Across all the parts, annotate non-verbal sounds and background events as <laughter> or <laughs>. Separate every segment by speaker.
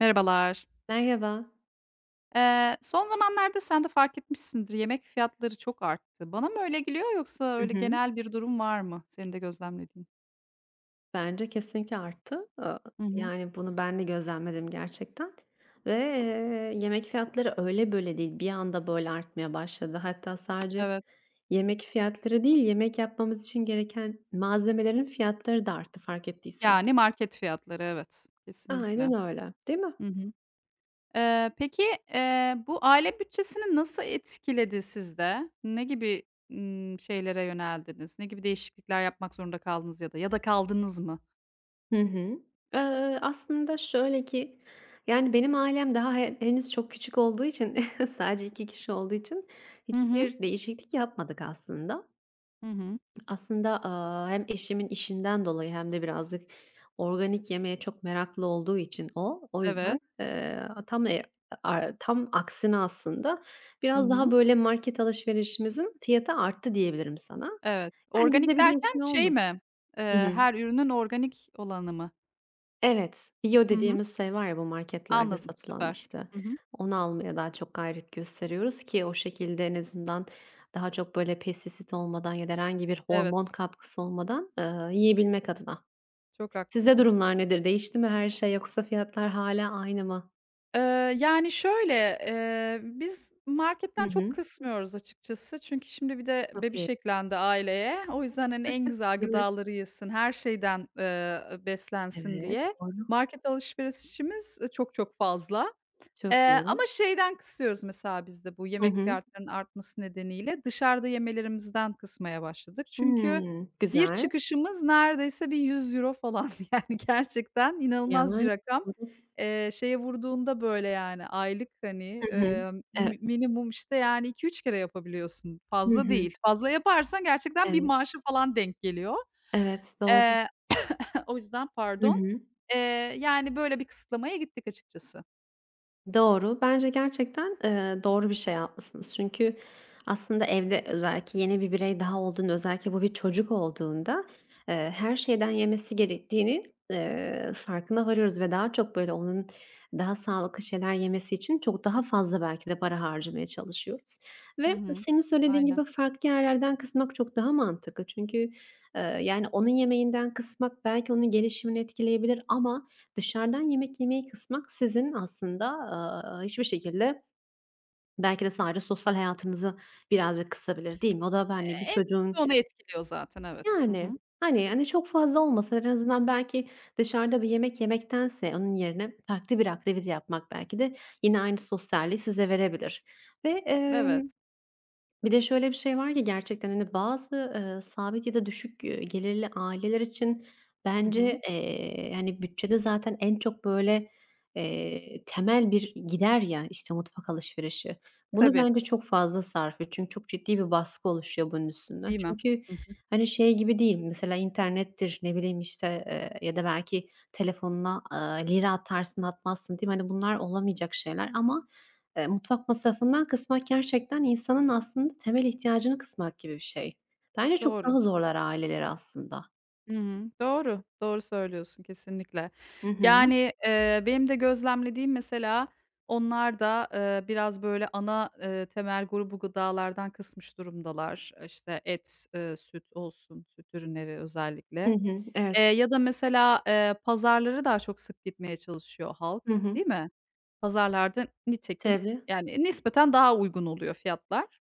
Speaker 1: Merhabalar.
Speaker 2: Merhaba.
Speaker 1: Son zamanlarda sen de fark etmişsindir, yemek fiyatları çok arttı. Bana mı öyle geliyor yoksa
Speaker 2: Hı
Speaker 1: öyle
Speaker 2: hı.
Speaker 1: genel bir durum var mı senin de gözlemlediğin?
Speaker 2: Bence kesinlikle arttı.
Speaker 1: Hı hı.
Speaker 2: Yani, bunu ben de gözlemledim gerçekten ve yemek fiyatları öyle böyle değil, bir anda, böyle, artmaya başladı. Hatta sadece
Speaker 1: Evet.
Speaker 2: yemek fiyatları değil, yemek yapmamız için gereken malzemelerin fiyatları da arttı fark ettiysen.
Speaker 1: Yani market fiyatları, evet. Kesinlikle.
Speaker 2: Aynen öyle, değil mi?
Speaker 1: Hı hı. Peki, bu aile bütçesini nasıl etkiledi sizde? Ne gibi, şeylere yöneldiniz? Ne gibi değişiklikler yapmak zorunda kaldınız ya da kaldınız mı?
Speaker 2: Hı hı. Aslında şöyle ki, yani, benim ailem daha henüz çok küçük olduğu için, <laughs> sadece 2 kişi olduğu için
Speaker 1: Hı hı.
Speaker 2: hiçbir değişiklik yapmadık aslında.
Speaker 1: Hı hı.
Speaker 2: Aslında, hem eşimin işinden dolayı hem de birazcık organik yemeğe çok meraklı olduğu için o yüzden,
Speaker 1: Evet.
Speaker 2: tam e a tam aksine aslında
Speaker 1: Hı
Speaker 2: biraz daha
Speaker 1: hı.
Speaker 2: böyle market alışverişimizin fiyatı arttı diyebilirim sana.
Speaker 1: Evet.
Speaker 2: Yani bizde
Speaker 1: Organik
Speaker 2: bir
Speaker 1: derken
Speaker 2: değişme
Speaker 1: şey
Speaker 2: olmadı.
Speaker 1: mi?
Speaker 2: Hı hı.
Speaker 1: Her ürünün organik olanı mı?
Speaker 2: Evet, bio
Speaker 1: Hı hı.
Speaker 2: dediğimiz şey var ya bu marketlerde
Speaker 1: Anladım,
Speaker 2: satılan
Speaker 1: süper.
Speaker 2: işte,
Speaker 1: Hı hı.
Speaker 2: onu almaya daha çok gayret gösteriyoruz ki o şekilde en azından daha çok böyle pestisit olmadan ya da herhangi bir hormon
Speaker 1: Evet,
Speaker 2: katkısı olmadan, yiyebilmek adına.
Speaker 1: çok
Speaker 2: Sizde
Speaker 1: haklısın.
Speaker 2: durumlar nedir? Değişti mi her şey yoksa fiyatlar hâlâ aynı mı?
Speaker 1: Yani, şöyle, biz
Speaker 2: Hı
Speaker 1: marketten çok
Speaker 2: hı.
Speaker 1: kısmıyoruz açıkçası. Çünkü şimdi bir de
Speaker 2: Çok
Speaker 1: bebiş
Speaker 2: iyi.
Speaker 1: eklendi aileye. O yüzden, hani, en
Speaker 2: <laughs>
Speaker 1: güzel
Speaker 2: Değil mi?
Speaker 1: gıdaları yesin, her şeyden, beslensin
Speaker 2: Evet,
Speaker 1: diye
Speaker 2: doğru.
Speaker 1: market alışverişimiz, çok çok fazla.
Speaker 2: Çok
Speaker 1: Ama
Speaker 2: iyi.
Speaker 1: şeyden kısıyoruz mesela biz de bu
Speaker 2: Hı
Speaker 1: yemek
Speaker 2: hı.
Speaker 1: fiyatlarının artması nedeniyle dışarıda yemelerimizden kısmaya başladık. Çünkü
Speaker 2: Hımm,
Speaker 1: bir
Speaker 2: güzel.
Speaker 1: çıkışımız neredeyse bir 100 euro falan <laughs> yani gerçekten inanılmaz bir
Speaker 2: Yani
Speaker 1: rakam.
Speaker 2: doğru.
Speaker 1: Şeye vurduğunda böyle yani aylık hani,
Speaker 2: Hı hı. Evet.
Speaker 1: minimum işte yani iki üç kere yapabiliyorsun.
Speaker 2: Hı
Speaker 1: Fazla
Speaker 2: hı.
Speaker 1: değil. Fazla yaparsan gerçekten bir
Speaker 2: Evet,
Speaker 1: maaşı falan denk geliyor.
Speaker 2: evet, doğru.
Speaker 1: Eee, <laughs> O yüzden
Speaker 2: Hı
Speaker 1: pardon.
Speaker 2: hı.
Speaker 1: Eee, Yani böyle bir kısıtlamaya gittik açıkçası.
Speaker 2: Doğru. Bence gerçekten, doğru bir şey yapmışsınız. Çünkü aslında evde özellikle yeni bir birey daha olduğunda, özellikle bu bir çocuk olduğunda, her şeyden yemesi gerektiğini, farkına varıyoruz ve daha çok, böyle, onun daha sağlıklı şeyler yemesi için çok daha fazla belki de para harcamaya çalışıyoruz
Speaker 1: Hı
Speaker 2: ve
Speaker 1: hı.
Speaker 2: senin söylediğin
Speaker 1: Aynen.
Speaker 2: gibi farklı yerlerden kısmak çok daha mantıklı. Çünkü, yani, onun yemeğinden kısmak belki onun gelişimini etkileyebilir ama dışarıdan yemek yemeyi kısmak sizin aslında, hiçbir şekilde belki de sadece sosyal hayatınızı birazcık kısabilir, değil mi? O da, hani, bir
Speaker 1: En
Speaker 2: çocuğun.
Speaker 1: çok onu etkiliyor zaten, evet. Hı
Speaker 2: Yani,
Speaker 1: hı.
Speaker 2: hani, çok fazla olmasa en azından belki dışarıda bir yemek yemektense onun yerine farklı bir aktivite yapmak belki de yine aynı sosyalliği size verebilir ve
Speaker 1: Evet.
Speaker 2: bir de şöyle bir şey var ki gerçekten, hani, bazı, sabit ya da düşük, gelirli aileler için
Speaker 1: Hı hı.
Speaker 2: bence, yani, bütçede zaten en çok, böyle, temel bir gider ya, işte, mutfak alışverişi. Bunu
Speaker 1: Tabii,
Speaker 2: bence çok fazla sarf ediyor. Çünkü çok ciddi bir baskı oluşuyor bunun üstünden.
Speaker 1: değil mi?
Speaker 2: Çünkü,
Speaker 1: Hı hı.
Speaker 2: hani, şey gibi değil, mesela internettir, ne bileyim, işte, ya da belki telefonuna, lira atarsın atmazsın değil mi? Hani, bunlar olamayacak şeyler ama mutfak masrafından kısmak gerçekten insanın aslında temel ihtiyacını kısmak gibi bir şey. Bence çok
Speaker 1: Doğru.
Speaker 2: daha zorlar aileleri aslında.
Speaker 1: Hı hı. Doğru, doğru söylüyorsun kesinlikle.
Speaker 2: Hı hı.
Speaker 1: Yani, benim de gözlemlediğim mesela onlar da, biraz böyle ana, temel grubu gıdalardan kısmış durumdalar. İşte et, süt olsun, süt ürünleri
Speaker 2: Hı
Speaker 1: özellikle.
Speaker 2: hı, evet.
Speaker 1: Ya da mesela, pazarlara daha çok sık gitmeye çalışıyor halk,
Speaker 2: Hı hı.
Speaker 1: değil mi? Pazarlarda nitekim
Speaker 2: Tabii.
Speaker 1: yani nispeten daha uygun oluyor fiyatlar.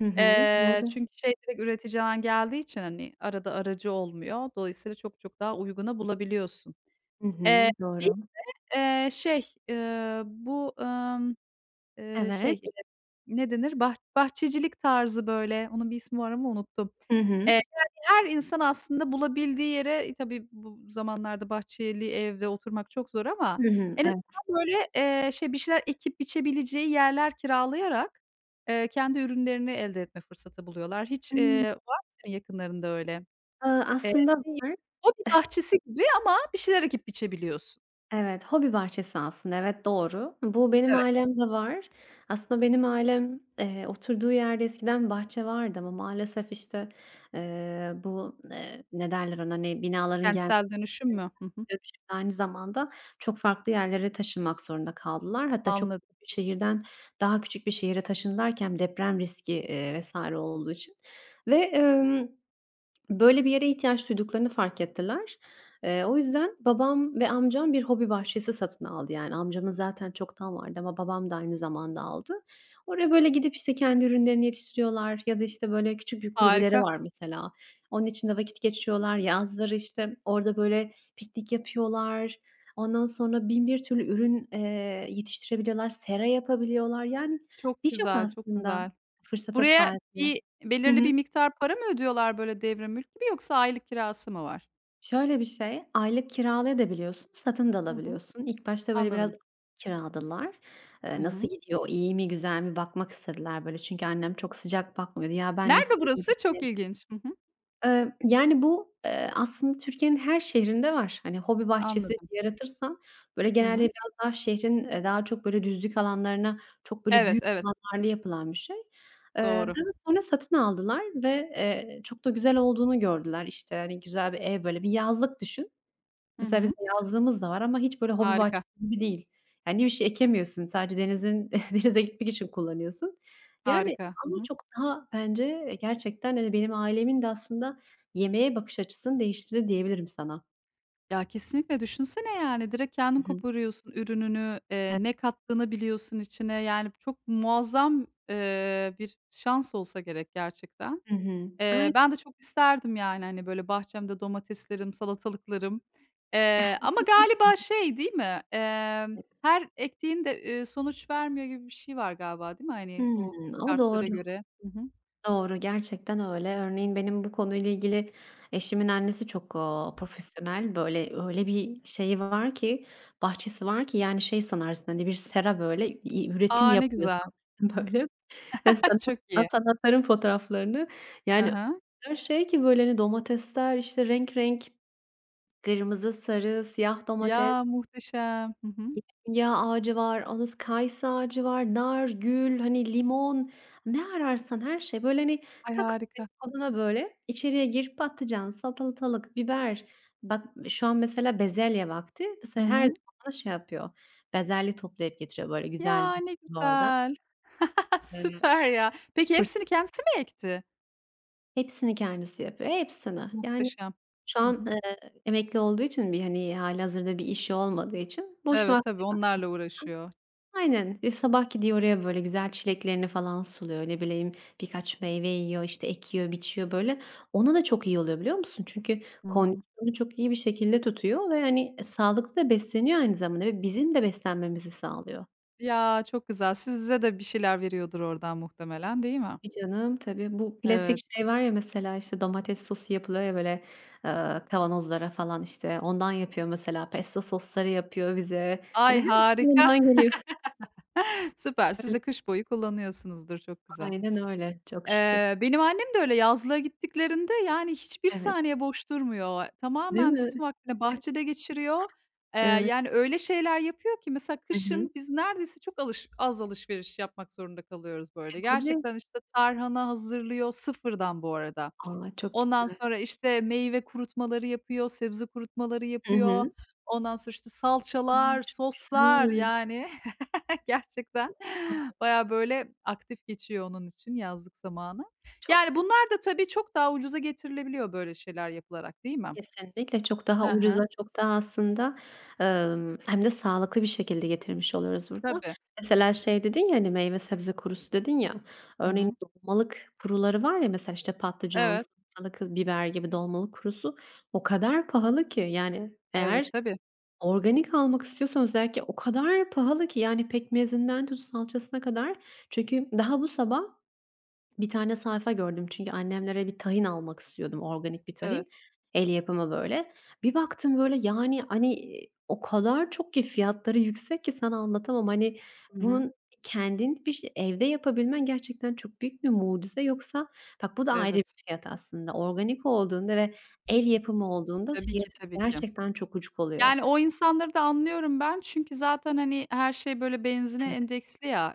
Speaker 2: Hı hı. Doğru.
Speaker 1: Çünkü şey direkt üreticiden geldiği için, hani, arada aracı olmuyor. Dolayısıyla çok çok daha uyguna bulabiliyorsun.
Speaker 2: Hı hı.
Speaker 1: Eee, bir,
Speaker 2: Doğru.
Speaker 1: şey, bu, şey,
Speaker 2: Evet.
Speaker 1: Ne denir? Bahçecilik tarzı böyle, onun bir ismi var ama unuttum.
Speaker 2: Hı hı.
Speaker 1: Yani her insan aslında bulabildiği yere, tabii bu zamanlarda bahçeli evde oturmak çok zor ama
Speaker 2: Hı hı.
Speaker 1: en
Speaker 2: Evet.
Speaker 1: azından böyle, şey bir şeyler ekip biçebileceği yerler kiralayarak, kendi ürünlerini elde etme fırsatı buluyorlar. Hiç,
Speaker 2: Imm,
Speaker 1: var mı senin yakınlarında öyle? Eee,
Speaker 2: aslında
Speaker 1: şey,
Speaker 2: var.
Speaker 1: Hobi bahçesi gibi ama bir şeyler ekip biçebiliyorsun.
Speaker 2: Evet, hobi bahçesi aslında. Evet, doğru. Bu benim
Speaker 1: Evet.
Speaker 2: ailemde var. Aslında benim ailem, oturduğu yerde eskiden bahçe vardı ama maalesef, işte, bu, ne derler ona, hani, binaların gelmesi,
Speaker 1: Kentsel dönüşüm mü? Hı hı,
Speaker 2: dönüşümle aynı zamanda çok farklı yerlere taşınmak zorunda kaldılar. Hatta çok
Speaker 1: anladım.
Speaker 2: büyük bir şehirden daha küçük bir şehire taşındılarken deprem riski, vs. olduğu için ve böyle bir yere ihtiyaç duyduklarını fark ettiler. O yüzden babam ve amcam bir hobi bahçesi satın aldı. Yani amcamın zaten çoktan vardı ama babam da aynı zamanda aldı. Oraya böyle gidip, işte, kendi ürünlerini yetiştiriyorlar ya da, işte, böyle küçük bir kulübeleri
Speaker 1: Harika.
Speaker 2: var mesela. Onun içinde vakit geçiriyorlar. Yazları, işte, orada böyle piknik yapıyorlar. Ondan sonra 1001 türlü ürün, yetiştirebiliyorlar, sera yapabiliyorlar. Yani
Speaker 1: Çok
Speaker 2: birçok
Speaker 1: güzel, çok
Speaker 2: aslında
Speaker 1: güzel.
Speaker 2: fırsata
Speaker 1: Buraya
Speaker 2: sahipler.
Speaker 1: bir belirli bir
Speaker 2: <laughs>
Speaker 1: miktar para mı ödüyorlar böyle devre mülk gibi yoksa aylık kirası mı var?
Speaker 2: Şöyle bir şey, aylık kiralayabiliyorsun, satın da
Speaker 1: Hı hı,
Speaker 2: alabiliyorsun. İlk başta böyle biraz
Speaker 1: anladım.
Speaker 2: kiraladılar.
Speaker 1: Hı
Speaker 2: "Nasıl
Speaker 1: hı.
Speaker 2: gidiyor, iyi mi, güzel mi?" bakmak istediler böyle çünkü annem çok sıcak bakmıyordu. "Ya, ben
Speaker 1: Nerede
Speaker 2: nasıl gidiyor?"
Speaker 1: burası? Çok
Speaker 2: diye.
Speaker 1: ilginç. Hı hı,
Speaker 2: Yani bu, aslında Türkiye'nin her şehrinde var. Hani, hobi bahçesi
Speaker 1: anladım.
Speaker 2: yaratırsan böyle
Speaker 1: Hı
Speaker 2: genelde
Speaker 1: hı.
Speaker 2: biraz daha şehrin, daha çok böyle düzlük alanlarına, çok böyle
Speaker 1: Evet,
Speaker 2: büyük
Speaker 1: evet,
Speaker 2: alanlarda yapılan bir şey.
Speaker 1: doğru.
Speaker 2: Daha sonra satın aldılar ve, çok da güzel olduğunu gördüler. İşte, hani, güzel bir ev, böyle bir yazlık düşün.
Speaker 1: Hı
Speaker 2: Mesela
Speaker 1: hı.
Speaker 2: bizim yazlığımız da var ama hiç böyle hobi
Speaker 1: Harika,
Speaker 2: bahçesi gibi değil. Yani bir şey ekemiyorsun. Sadece <laughs> denize gitmek için kullanıyorsun. Yani
Speaker 1: harika. Hı
Speaker 2: ama
Speaker 1: hı.
Speaker 2: çok daha bence, gerçekten, hani, benim ailemin de aslında yemeğe bakış açısını değiştirdi diyebilirim sana.
Speaker 1: Ya, kesinlikle düşünsene, yani, direkt kendin
Speaker 2: Hı hı.
Speaker 1: koparıyorsun ürününü,
Speaker 2: Evet.
Speaker 1: ne kattığını biliyorsun içine. Yani, çok muazzam, bir şans olsa gerek gerçekten.
Speaker 2: Hı hı. Aynen.
Speaker 1: Ben de çok isterdim yani, hani, böyle, bahçemde domateslerim, salatalıklarım, ama galiba şey değil mi, her ektiğin de, sonuç vermiyor gibi bir şey var galiba değil mi? Hani, o
Speaker 2: Hımm. O
Speaker 1: şartlara
Speaker 2: doğru.
Speaker 1: göre. Hı hı.
Speaker 2: Doğru, gerçekten öyle. Örneğin benim bu konuyla ilgili eşimin annesi çok, profesyonel. Böyle, öyle bir şeyi var ki, bahçesi var ki yani şey sanarsın, hani, bir sera böyle, üretim
Speaker 1: A, ne
Speaker 2: yapıyor
Speaker 1: güzel.
Speaker 2: sanarsın <laughs>
Speaker 1: Hıh.
Speaker 2: böyle.
Speaker 1: <laughs> Çok iyi.
Speaker 2: Sanatların fotoğraflarını
Speaker 1: Hı
Speaker 2: yani
Speaker 1: hı.
Speaker 2: her şey ki böyle, hani, domatesler, işte, renk renk kırmızı, sarı, siyah domates
Speaker 1: Ya, muhteşem. Hı hı.
Speaker 2: ya ağacı var, ondan sonra kayısı ağacı var, nar, gül, hani, limon, ne ararsan her şey. Böyle, hani,
Speaker 1: Ay,
Speaker 2: Taksim'in
Speaker 1: harika.
Speaker 2: koduna böyle içeriye gir, patlıcan, salatalık, biber. Bak şu an mesela bezelye vakti.
Speaker 1: Hı
Speaker 2: Mesela her zaman
Speaker 1: hı.
Speaker 2: bana şey yapıyor, bezelye toplayıp getiriyor böyle güzel
Speaker 1: Ya, ne
Speaker 2: bir oradan.
Speaker 1: güzel. <laughs>
Speaker 2: Eee,
Speaker 1: Süper ya. Peki
Speaker 2: fır
Speaker 1: hepsini kendisi mi ekti?
Speaker 2: hepsini kendisi yapıyor, hepsini. Yani
Speaker 1: Muhteşem.
Speaker 2: şu
Speaker 1: Hı
Speaker 2: an,
Speaker 1: hı.
Speaker 2: emekli olduğu için bir, hani, hâlihazırda bir işi olmadığı için boş
Speaker 1: Evet, tabii
Speaker 2: vakti var.
Speaker 1: onlarla uğraşıyor.
Speaker 2: Aynen. E, sabah gidiyor oraya, böyle, güzel çileklerini falan suluyor. Ne bileyim, birkaç meyve yiyor, işte, ekiyor, biçiyor, böyle. Ona da çok iyi oluyor, biliyor musun? Çünkü
Speaker 1: Hı hı.
Speaker 2: kondisyonunu çok iyi bir şekilde tutuyor ve, hani, e, sağlıklı da besleniyor aynı zamanda ve bizim de beslenmemizi sağlıyor.
Speaker 1: Ya, çok güzel. Size de bir şeyler veriyordur oradan muhtemelen, değil mi?
Speaker 2: Tabii canım, tabii. Bu klasik
Speaker 1: Evet.
Speaker 2: şey var ya, mesela, işte, domates sosu yapılıyor ya, böyle, kavanozlara falan, işte, ondan yapıyor mesela. Pesto sosları yapıyor bize. Hani,
Speaker 1: Ay,
Speaker 2: her şey
Speaker 1: harika.
Speaker 2: ondan geliyor.
Speaker 1: <laughs> Süper. Siz de
Speaker 2: <laughs>
Speaker 1: kış boyu kullanıyorsunuzdur. Çok güzel.
Speaker 2: Aynen öyle, çok şükür.
Speaker 1: Benim annem de öyle yazlığa gittiklerinde, yani, hiçbir
Speaker 2: Evet.
Speaker 1: saniye boş durmuyor.
Speaker 2: Değil
Speaker 1: Tamamen
Speaker 2: mi?
Speaker 1: bütün vaktini bahçede geçiriyor.
Speaker 2: Evet.
Speaker 1: Yani, öyle şeyler yapıyor ki mesela
Speaker 2: Hı hı.
Speaker 1: kışın biz neredeyse çok az alışveriş yapmak zorunda kalıyoruz,
Speaker 2: E,
Speaker 1: böyle.
Speaker 2: tabii.
Speaker 1: Gerçekten, işte, tarhana hazırlıyor, sıfırdan bu arada.
Speaker 2: A, çok
Speaker 1: Ondan
Speaker 2: güzel.
Speaker 1: sonra, işte, meyve kurutmaları yapıyor, sebze kurutmaları
Speaker 2: Hı
Speaker 1: yapıyor.
Speaker 2: hı.
Speaker 1: Ondan sonra, işte,
Speaker 2: A,
Speaker 1: salçalar,
Speaker 2: çok
Speaker 1: soslar,
Speaker 2: güzel.
Speaker 1: yani. <laughs> <laughs> Gerçekten
Speaker 2: A,
Speaker 1: baya böyle, aktif geçiyor onun için yazlık zamanı.
Speaker 2: çok
Speaker 1: Yani,
Speaker 2: güzel.
Speaker 1: bunlar da tabii çok daha ucuza getirilebiliyor böyle şeyler yapılarak, değil mi?
Speaker 2: Kesinlikle çok
Speaker 1: Hı
Speaker 2: daha
Speaker 1: hı.
Speaker 2: ucuza, çok daha aslında, hem de sağlıklı bir şekilde getirmiş oluyoruz burada.
Speaker 1: Tabii.
Speaker 2: Mesela şey dedin ya, hani, meyve sebze kurusu dedin ya,
Speaker 1: Hı
Speaker 2: örneğin
Speaker 1: hı.
Speaker 2: dolmalık kuruları var ya mesela, işte, patlıcan,
Speaker 1: Evet,
Speaker 2: salatalık, biber gibi dolmalık kurusu o kadar pahalı ki, yani,
Speaker 1: evet,
Speaker 2: eğer
Speaker 1: tabii.
Speaker 2: organik almak istiyorsan özellikle o kadar pahalı ki, yani, pekmezinden tut salçasına kadar. Çünkü daha bu sabah bir tane sayfa gördüm çünkü annemlere bir tahin almak istiyordum, organik bir
Speaker 1: Evet.
Speaker 2: tahin, el yapımı böyle. Bir baktım böyle, yani, hani, o kadar çok ki fiyatları yüksek ki sana anlatamam. Hani,
Speaker 1: Hı hı.
Speaker 2: bunun kendin evde yapabilmen gerçekten çok büyük bir mucize. Yoksa bak bu da ayrı bir
Speaker 1: Evet.
Speaker 2: fiyat aslında. Organik olduğunda ve el yapımı olduğunda
Speaker 1: Tabii ki,
Speaker 2: fiyatı
Speaker 1: tabii ki.
Speaker 2: gerçekten çok ucuz oluyor.
Speaker 1: Yani, o insanları da anlıyorum ben. Çünkü zaten, hani, her şey, böyle, benzine
Speaker 2: Evet,
Speaker 1: endeksli ya,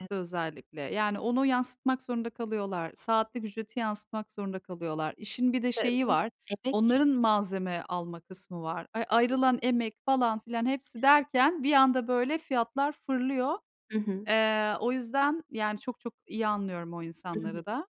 Speaker 2: evet.
Speaker 1: özellikle. Yani, onu yansıtmak zorunda kalıyorlar. Saatlik ücreti yansıtmak zorunda kalıyorlar. İşin bir de şeyi
Speaker 2: Tabii.
Speaker 1: var,
Speaker 2: Emek.
Speaker 1: onların malzeme alma kısmı var. Ayrılan emek falan filan hepsi derken bir anda, böyle, fiyatlar fırlıyor.
Speaker 2: Hı hı.
Speaker 1: O yüzden, yani, çok çok iyi anlıyorum o
Speaker 2: Hı hı.
Speaker 1: insanları da.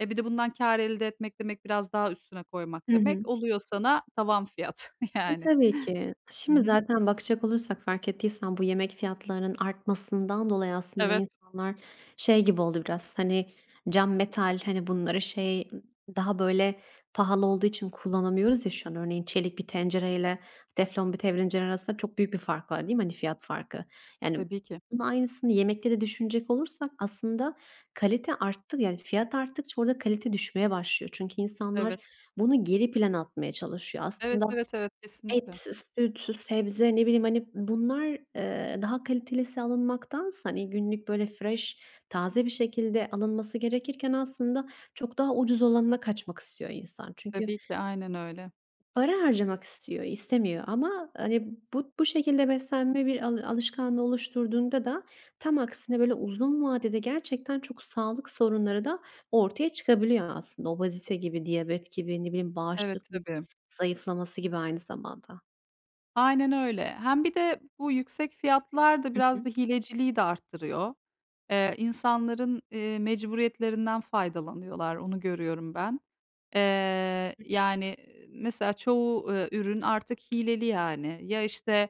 Speaker 1: E, bir de bundan kâr elde etmek demek biraz daha üstüne koymak
Speaker 2: Hı
Speaker 1: demek.
Speaker 2: hı.
Speaker 1: Oluyor sana tavan fiyat <laughs>
Speaker 2: E,
Speaker 1: yani.
Speaker 2: tabii ki.
Speaker 1: Hı
Speaker 2: Şimdi
Speaker 1: hı.
Speaker 2: zaten bakacak olursak fark ettiysen bu yemek fiyatlarının artmasından dolayı aslında
Speaker 1: Evet.
Speaker 2: insanlar şey gibi oldu biraz, hani, cam, metal, hani, bunları şey, daha böyle pahalı olduğu için kullanamıyoruz ya şu an. Örneğin çelik bir tencereyle teflon bir tencere arasında çok büyük bir fark var, değil mi? Hani, fiyat farkı. Yani,
Speaker 1: Tabii ki.
Speaker 2: bunun aynısını yemekte de düşünecek olursak aslında kalite arttık yani fiyat arttıkça orada kalite düşmeye başlıyor. Çünkü insanlar
Speaker 1: Evet.
Speaker 2: bunu geri plana atmaya çalışıyor.
Speaker 1: Evet,
Speaker 2: Aslında
Speaker 1: evet, evet,
Speaker 2: et,
Speaker 1: kesinlikle.
Speaker 2: süt, sebze, ne bileyim, hani, bunlar, daha kalitelisi alınmaktansa, hani, günlük böyle fresh, taze bir şekilde alınması gerekirken aslında çok daha ucuz olanına kaçmak istiyor insan. Çünkü
Speaker 1: Tabii ki, aynen öyle.
Speaker 2: para harcamak istiyor, istemiyor ama, hani, bu şekilde beslenme bir alışkanlığı oluşturduğunda da tam aksine böyle uzun vadede gerçekten çok sağlık sorunları da ortaya çıkabiliyor aslında. Obezite gibi, diyabet gibi, ne bileyim,
Speaker 1: Evet,
Speaker 2: bağışıklık
Speaker 1: tabii.
Speaker 2: zayıflaması gibi aynı zamanda.
Speaker 1: Aynen öyle. Hem bir de bu yüksek fiyatlar da
Speaker 2: Hı
Speaker 1: biraz da hileciliği de arttırıyor. İnsanların, mecburiyetlerinden faydalanıyorlar, onu görüyorum ben. Yani, mesela çoğu, ürün artık hileli yani. Ya, işte,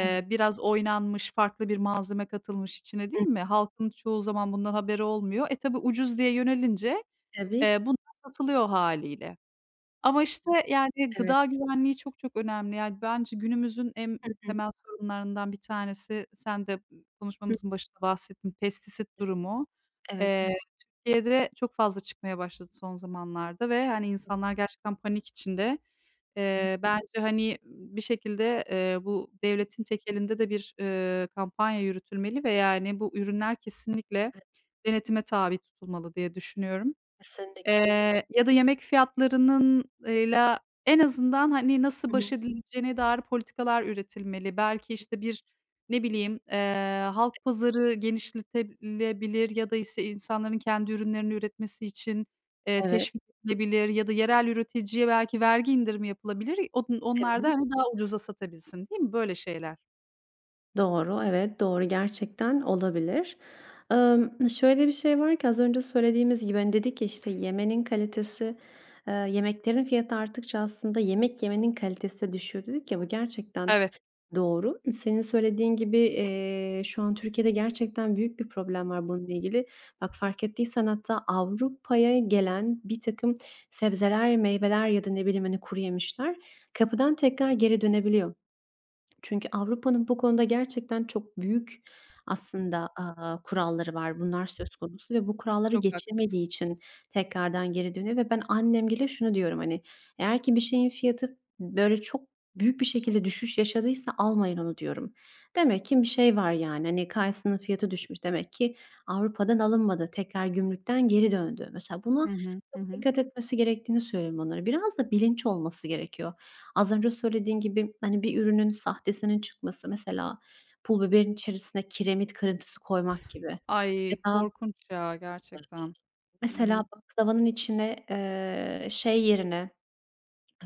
Speaker 2: hı.
Speaker 1: biraz oynanmış, farklı bir malzeme katılmış içine, değil
Speaker 2: Hı,
Speaker 1: mi? Halkın çoğu zaman bundan haberi olmuyor. E, tabii ucuz diye yönelince
Speaker 2: tabii ki.
Speaker 1: Bunlar satılıyor hâliyle. Ama, işte, yani,
Speaker 2: Evet.
Speaker 1: gıda güvenliği çok çok önemli. Yani, bence günümüzün en
Speaker 2: Hı hı.
Speaker 1: temel sorunlarından bir tanesi, sen de
Speaker 2: Hı
Speaker 1: konuşmamızın başında bahsettin, pestisit
Speaker 2: hı.
Speaker 1: durumu.
Speaker 2: Evet, evet,
Speaker 1: Eee, Türkiye'de çok fazla çıkmaya başladı son zamanlarda ve, hani, insanlar gerçekten panik içinde.
Speaker 2: kesinlikle.
Speaker 1: Bence, hani, bir şekilde, bu devletin tek de bir, kampanya yürütülmeli ve, yani, bu ürünler kesinlikle
Speaker 2: Evet,
Speaker 1: denetime tabi tutulmalı diye düşünüyorum.
Speaker 2: kesinlikle. Çok.
Speaker 1: Ya da yemek fiyatlarının la en azından, hani, nasıl
Speaker 2: Hı
Speaker 1: baş
Speaker 2: hı.
Speaker 1: edileceğine dair politikalar üretilmeli. Belki, işte, bir, ne bileyim, halk pazarı genişletilebilir ya da, işte, insanların kendi ürünlerini üretmesi için,
Speaker 2: Evet,
Speaker 1: teşvik edilebilir ya da yerel üreticiye belki vergi indirimi yapılabilir.
Speaker 2: evet.
Speaker 1: Onlar da, hani, daha ucuza satabilsin, değil mi? Böyle şeyler.
Speaker 2: Doğru, evet, doğru. Gerçekten olabilir. Şöyle bir şey var ki az önce söylediğimiz gibi, hani, dedik ya, işte, yemenin kalitesi, yemeklerin fiyatı arttıkça aslında yemek yemenin kalitesi de düşüyor dedik ya, bu gerçekten
Speaker 1: Evet,
Speaker 2: doğru. Senin söylediğin gibi, şu an Türkiye'de gerçekten büyük bir problem var bununla ilgili. Bak, fark ettiysen hatta Avrupa'ya gelen bir takım sebzeler, meyveler ya da ne bileyim, hani, kuru yemişler kapıdan tekrar geri dönebiliyor. Çünkü Avrupa'nın bu konuda gerçekten çok büyük aslında, kuralları var. Bunlar söz konusu ve bu kuralları
Speaker 1: çok haklısın.
Speaker 2: geçemediği için tekrardan geri dönüyor ve ben annemgile şunu diyorum, hani, eğer ki bir şeyin fiyatı böyle çok büyük bir şekilde düşüş yaşadıysa almayın onu diyorum. Demek ki bir şey var yani, hani, kayısının fiyatı düşmüş. Demek ki Avrupa'dan alınmadı. Tekrar gümrükten geri döndü. Mesela buna
Speaker 1: Hı hı.
Speaker 2: çok
Speaker 1: Hı hı.
Speaker 2: dikkat etmesi gerektiğini söylüyorum onlara. Biraz da bilinç olması gerekiyor. Az önce söylediğin gibi, hani, bir ürünün sahtesinin çıkması, mesela pul biberin içerisine kiremit kırıntısı koymak gibi ya
Speaker 1: Ay,
Speaker 2: da
Speaker 1: korkunç ya gerçekten. Hı hı.
Speaker 2: mesela baklavanın içine, şey yerine,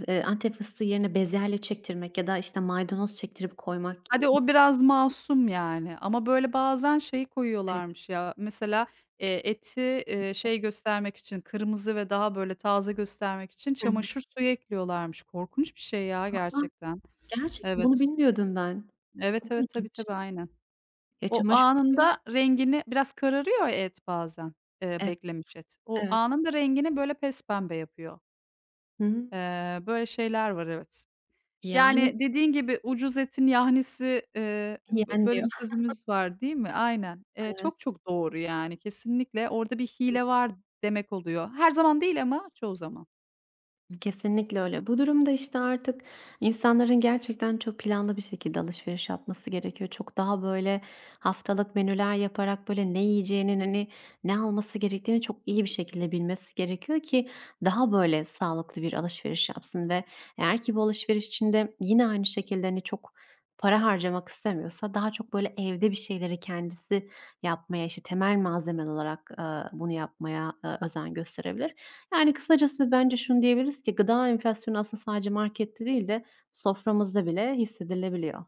Speaker 2: Antep fıstığı yerine bezelye çektirmek ya da, işte, maydanoz çektirip koymak gibi.
Speaker 1: Hadi o biraz masum yani ama böyle bazen şey
Speaker 2: Evet.
Speaker 1: koyuyorlarmış ya, mesela, eti, şey göstermek için, kırmızı ve daha böyle taze göstermek için
Speaker 2: Hı hı.
Speaker 1: çamaşır suyu ekliyorlarmış. Korkunç bir şey ya
Speaker 2: A!
Speaker 1: gerçekten.
Speaker 2: Gerçekten bunu
Speaker 1: Evet.
Speaker 2: bilmiyordum ben.
Speaker 1: Evet,
Speaker 2: Çok
Speaker 1: evet, tabii,
Speaker 2: ilginç.
Speaker 1: tabii, aynen.
Speaker 2: Ya,
Speaker 1: O
Speaker 2: çamaşır suyu.
Speaker 1: anında rengini biraz kararıyor ya et bazen,
Speaker 2: Evet,
Speaker 1: beklemiş et. O
Speaker 2: evet.
Speaker 1: anında rengini böyle pespembe yapıyor.
Speaker 2: Hı hı.
Speaker 1: Böyle şeyler var, evet. Yani,
Speaker 2: Yani,
Speaker 1: dediğin gibi, "Ucuz etin yahnisi" bö böyle bir
Speaker 2: yenmiyor.
Speaker 1: sözümüz var, değil mi? Aynen. Çok
Speaker 2: <laughs>
Speaker 1: çok doğru, yani, kesinlikle. Orada bir
Speaker 2: Evet.
Speaker 1: hile var demek oluyor. Her zaman değil ama çoğu zaman.
Speaker 2: Kesinlikle öyle. Bu durumda, işte, artık insanların gerçekten çok planlı bir şekilde alışveriş yapması gerekiyor. Çok daha, böyle, haftalık menüler yaparak, böyle, ne yiyeceğinin, hani, ne alması gerektiğini çok iyi bir şekilde bilmesi gerekiyor ki daha, böyle, sağlıklı bir alışveriş yapsın ve eğer ki bu alışveriş içinde yine aynı şekilde, hani, çok para harcamak istemiyorsa daha çok, böyle, evde bir şeyleri kendisi yapmaya, işte, temel malzemeli olarak, bunu yapmaya, özen gösterebilir. Yani, kısacası bence şunu diyebiliriz ki gıda enflasyonu aslında sadece markette değil de soframızda bile hissedilebiliyor.